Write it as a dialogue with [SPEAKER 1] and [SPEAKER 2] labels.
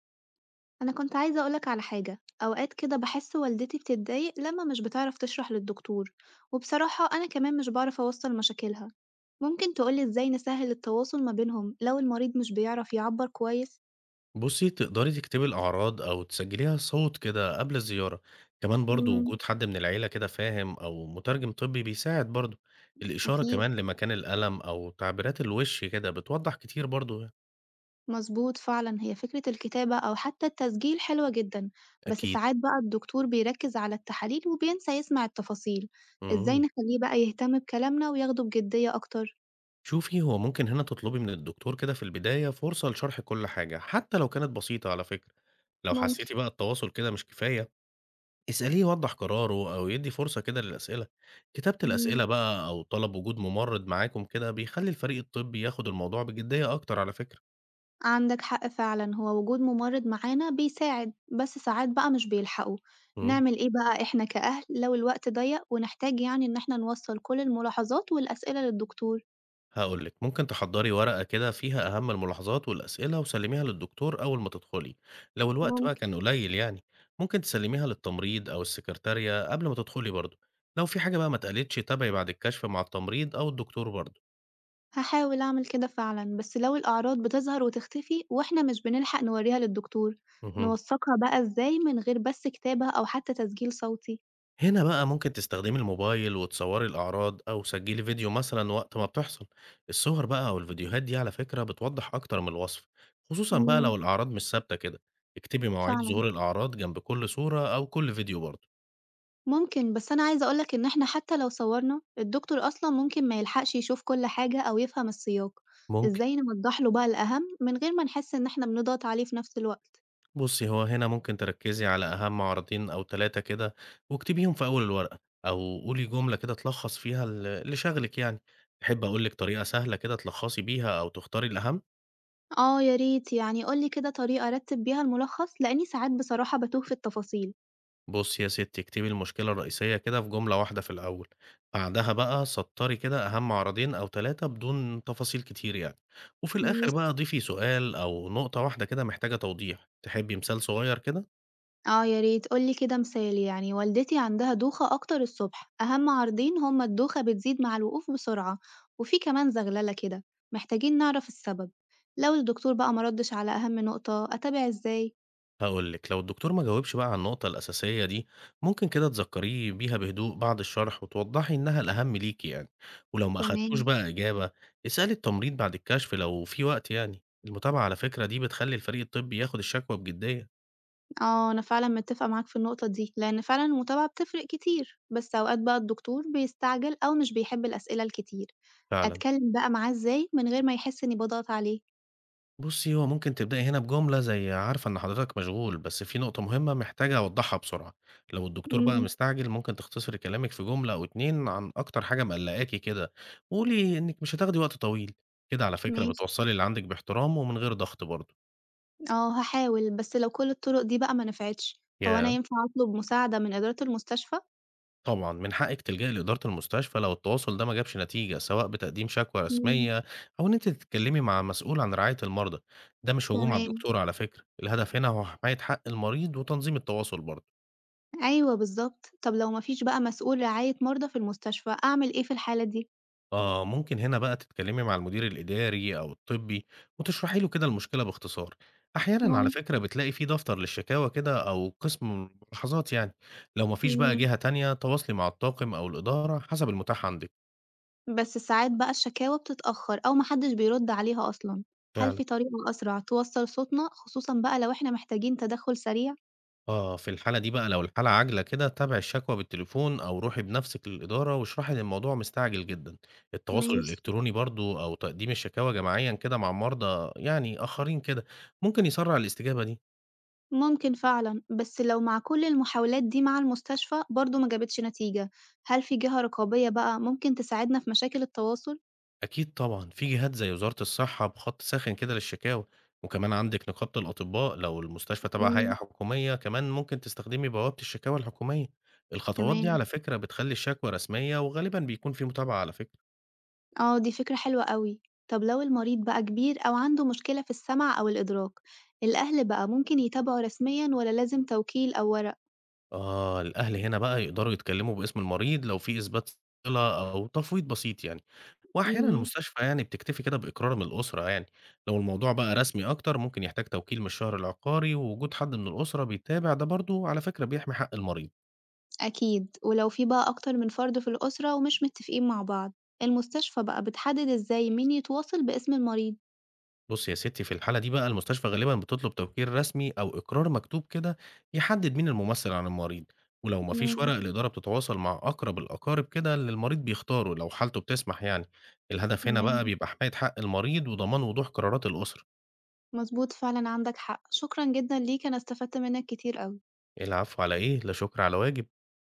[SPEAKER 1] أنا كنت عايزة أقولك على حاجة. أوقات كده بحس والدتي بتتضايق لما مش بتعرف تشرح للدكتور، وبصراحة أنا كمان مش بعرف أوصل مشاكلها. ممكن تقولي إزاي نسهل التواصل ما بينهم لو المريض مش بيعرف يعبر كويس؟
[SPEAKER 2] بُصّي، تقدري تكتبي الأعراض أو تسجّليها صوت كده قبل الزيارة، كمان برضه
[SPEAKER 1] مم،
[SPEAKER 2] وجود حد من العيلة كده فاهم أو مترجم طبّي بيساعد برضه، الإشارة
[SPEAKER 1] أكيد.
[SPEAKER 2] كمان لمكان الألم أو تعبيرات الوش كده بتوضّح كتير برضه يعني.
[SPEAKER 1] مظبوط فعلا، هي فكرة الكتابة أو حتى التسجيل حلوة جدا، بس
[SPEAKER 2] أكيد.
[SPEAKER 1] ساعات بقى الدكتور بيركز على التحاليل وبينسى يسمع التفاصيل. إزاي
[SPEAKER 2] إمم.
[SPEAKER 1] نخليه بقى يهتم بكلامنا وياخده بجدية أكتر؟
[SPEAKER 2] شوفي، هو ممكن هنا تطلبي من الدكتور كده في البداية فرصة لشرح كل حاجة، حتى لو كانت بسيطة على فكرة. لو
[SPEAKER 1] ممكن.
[SPEAKER 2] حسيتِ بقى التواصل كده مش كفاية اسأليه يوضّح قراره أو يدّي فرصة كده للأسئلة. كتابة الأسئلة
[SPEAKER 1] مم.
[SPEAKER 2] بقى أو طلب وجود ممرّض معاكم كده بيخلّي الفريق الطبّي ياخُد الموضوع بجدية أكتر على فكرة.
[SPEAKER 1] عندك حق فعلًا، هو وجود ممرّض معانا بيساعد، بس ساعات بقى مش بيلحقوا.
[SPEAKER 2] إمم.
[SPEAKER 1] نعمل إيه بقى إحنا كأهل لو الوقت ضيّق ونحتاج يعني إن إحنا نوصّل كل الملاحظات والأسئلة للدكتور؟
[SPEAKER 2] هاقول لِك، ممكن تحضّري ورقة كده فيها أهم الملاحظات والأسئلة وسلّميها للدكتور أول ما تدخُلي، لو الوقت بقى
[SPEAKER 1] ممكن.
[SPEAKER 2] كان قليّل يعني. ممكن تسلّميها للتمريض أو السكرتارية قبل ما تدخُلي برضه، لو في حاجة بقى ما اتقالتش تابعي بعد الكشف مع التمريض أو الدكتور برضه.
[SPEAKER 1] هاحاول أعمل كده فعلًا، بس لو الأعراض بتظهر وتختفي وإحنا مش بنلحق نورّيها للدكتور،
[SPEAKER 2] اهم.
[SPEAKER 1] نوثّقها بقى إزاي من غير بس كتابة أو حتى تسجيل صوتي؟
[SPEAKER 2] هنا بقى ممكن تستخدمي الموبايل وتصوري الأعراض أو سجلي فيديو مثلا وقت ما بتحصل. الصور بقى أو الفيديوهات دي على فكرة بتوضح أكتر من الوصف، خصوصا بقى
[SPEAKER 1] إمم،
[SPEAKER 2] لو الأعراض مش ثابتة كده. اكتبي مواعيد
[SPEAKER 1] فعلًا.
[SPEAKER 2] ظهور الأعراض جنب كل صورة أو كل فيديو برضه.
[SPEAKER 1] ممكن، بس أنا عايزة أقول لك إن إحنا حتى لو صوّرنا، الدكتور أصلًا ممكن ما يلحقش يشوف كل حاجة أو يفهم السياق.
[SPEAKER 2] ممكن
[SPEAKER 1] إزاي نوضّح له بقى الأهم من غير ما نحس إن إحنا بنضغط عليه في نفس الوقت؟
[SPEAKER 2] بصي، هو هنا ممكن تركزي على أهم عرضين أو ثلاثة كده واكتبيهم في أول الورقة، أو قولي جملة كده تلخص فيها اللي شاغلك يعني. تحب أقولك طريقة سهلة كده تلخصي بيها أو تختاري الأهم؟
[SPEAKER 1] آه يا ريت، يعني قُل لي كده طريقة أرتّب بيها الملخص، لإني ساعات بصراحة باتوه في التفاصيل.
[SPEAKER 2] بُصّي يا ستّي، اكتبي المشكلة الرئيسية كده في جملة واحدة في الأول، بعدها بقى سطّري كده أهم عرضين أو 3 بدون تفاصيل كتير يعني، وفي الآخر
[SPEAKER 1] ماشي.
[SPEAKER 2] بقى ضيفي سؤال أو نقطة واحدة كده محتاجة توضيح. تحبّي مثال صغير كده؟
[SPEAKER 1] آه يا ريت قُل لي كده مثال، يعني والدتي عندها دوخة أكتر الصبح، أهم عرضين هُم الدوخة بتزيد مع الوقوف بسرعة، وفي كمان زغللة كده، محتاجين نعرف السبب. لو الدكتور بقى ما ردش على أهم نقطة، أتابع إزاي؟
[SPEAKER 2] هاقول لِك، لو الدكتور ما جاوبش بقى على النقطة الأساسية دي، ممكن كده تذكّريه بيها بهدوء بعد الشرح وتوضّحي إنها الأهم ليكِ يعني، ولو ما أخدتوش
[SPEAKER 1] تمام.
[SPEAKER 2] بقى إجابة، اسألي التمريض بعد الكشف لو في وقت يعني. المتابعة على فكرة دي بتخلّي الفريق الطبّي ياخد الشكوى بجدية.
[SPEAKER 1] آه أنا فعلًا متّفقة معاك في النقطة دي، لإن فعلًا المتابعة بتفرق كتير، بس أوقات بقى الدكتور بيستعجل أو مش بيحب الأسئلة الكتير.
[SPEAKER 2] فعلًا.
[SPEAKER 1] أتكلم بقى معاه إزاي من غير ما يحس إني باضغط عليه؟
[SPEAKER 2] بُصّي، هو ممكن تبدئي هنا بجملة زي "عارفة إن حضرتك مشغول، بس في نقطة مهمة محتاجة أوضحها بسرعة." لو الدكتور بقى
[SPEAKER 1] إمم،
[SPEAKER 2] مستعجل، ممكن تختصري كلامِك في جملة أو 2 عن أكتر حاجة مقلّقاكِ كده، وقولي إنِّك مش هتاخدي وقت طويل. كده على فكرة
[SPEAKER 1] ماشي.
[SPEAKER 2] بتوصّلي اللي عندِك باحترام ومن غير ضغط برضه.
[SPEAKER 1] آه هاحاول، بس لو كل الطرق دي بقى ما نفعتش، هو أنا
[SPEAKER 2] ياه!
[SPEAKER 1] ينفع أطلب مساعدة من إدارة المستشفى؟
[SPEAKER 2] طبعًا من حقِّك تلجئي لإدارة المستشفى لو التواصل ده ما جابش نتيجة، سواء بتقديم شكوى
[SPEAKER 1] إمم،
[SPEAKER 2] رسمية أو إن أنتِ تتكلمي مع مسؤول عن رعاية المرضى. ده مش هجوم على
[SPEAKER 1] تمام.
[SPEAKER 2] الدكتور على فكرة، الهدف هنا هو حماية حق المريض وتنظيم التواصل برضه.
[SPEAKER 1] أيوه بالضبط. طب لو ما فيش بقى مسؤول رعاية مرضى في المستشفى، أعمل إيه في الحالة دي؟
[SPEAKER 2] آه، ممكن هنا بقى تتكلمي مع المدير الإداري أو الطبي وتشرحي له كده المشكلة باختصار. أحيانا على
[SPEAKER 1] ممكن.
[SPEAKER 2] فكرة بتلاقي في دفتر للشكاوى كده أو قسم ملاحظات يعني. لو مفيش بقى
[SPEAKER 1] إمم،
[SPEAKER 2] جهة تانية تواصلي مع الطاقم أو الإدارة حسب المتاح عندك.
[SPEAKER 1] بس ساعات بقى الشكاوى بتتأخر أو ما حدش بيرد عليها أصلًا. هل
[SPEAKER 2] فعلا.
[SPEAKER 1] في طريقة أسرع توصّل صوتنا، خصوصًا بقى لو إحنا محتاجين تدخُّل سريع؟
[SPEAKER 2] آه، في الحالة دي بقى لو الحالة عاجلة كده تابعي الشكوى بالتليفون أو روحي بنفسك للإدارة واشرحي إن الموضوع مستعجل جدا. التواصل
[SPEAKER 1] ماشي.
[SPEAKER 2] الإلكتروني برضو أو تقديم الشكاوى جماعيا كده مع مرضى يعني آخرين كده ممكن يسرع الاستجابة دي.
[SPEAKER 1] ممكن فعلا، بس لو مع كل المحاولات دي مع المستشفى برضه ما جابتش نتيجة، هل في جهة رقابية بقى ممكن تساعدنا في مشاكل التواصل؟
[SPEAKER 2] أكيد طبعًا، في جهات زي وزارة الصحة بخط ساخن كده للشكاوى، وكمان عندِك نقابة الأطباء لو المستشفى تبع هيئة
[SPEAKER 1] امم.
[SPEAKER 2] حكومية، كمان ممكن تستخدمي بوابة الشكاوى الحكومية. الخطوات دي
[SPEAKER 1] تمام.
[SPEAKER 2] على فكرة بتخلّي الشكوى رسمية وغالبًا بيكون في متابعة على فكرة.
[SPEAKER 1] اه دي فكرة حلوة قوي. طب لو المريض بقى كبير أو عنده مشكلة في السمع أو الإدراك، الأهل بقى ممكن يتابعوا رسميا ولا لازم توكيل أو ورق؟
[SPEAKER 2] آه، الأهل هنا بقى يقدروا يتكلموا باسم المريض لو في إثبات صلة أو تفويض بسيط يعني، وأحيانًا
[SPEAKER 1] امم.
[SPEAKER 2] المستشفى يعني بتكتفي كده بإقرار من الأسرة يعني. لو الموضوع بقى رسمي أكتر ممكن يحتاج توكيل من الشهر العقاري، ووجود حد من الأسرة بيتابع ده برضه على فكرة بيحمي حق المريض.
[SPEAKER 1] أكيد. ولو في بقى أكتر من فرد في الأسرة ومش متفقين مع بعض، المستشفى بقى بتحدد إزاي مين يتواصل باسم المريض؟
[SPEAKER 2] بُصّي يا ستّي، في الحالة دي بقى المستشفى غالبًا بتطلب توقير رسمي أو إقرار مكتوب كده يحدد مين الممثّل عن المريض، ولو ما فيش
[SPEAKER 1] امم.
[SPEAKER 2] ورق الإدارة بتتواصل مع أقرب الأقارب كده اللي المريض بيختاره لو حالته بتسمح يعني. الهدف هنا بقى
[SPEAKER 1] تمام.
[SPEAKER 2] بيبقى حماية حق المريض وضمان وضوح قرارات الأسرة.
[SPEAKER 1] مضبوط فعلًا، عندك حق. شكرًا جدًا ليك، أنا استفدت منّك كتير أوي.
[SPEAKER 2] العفو على إيه، لا شكر على واجب.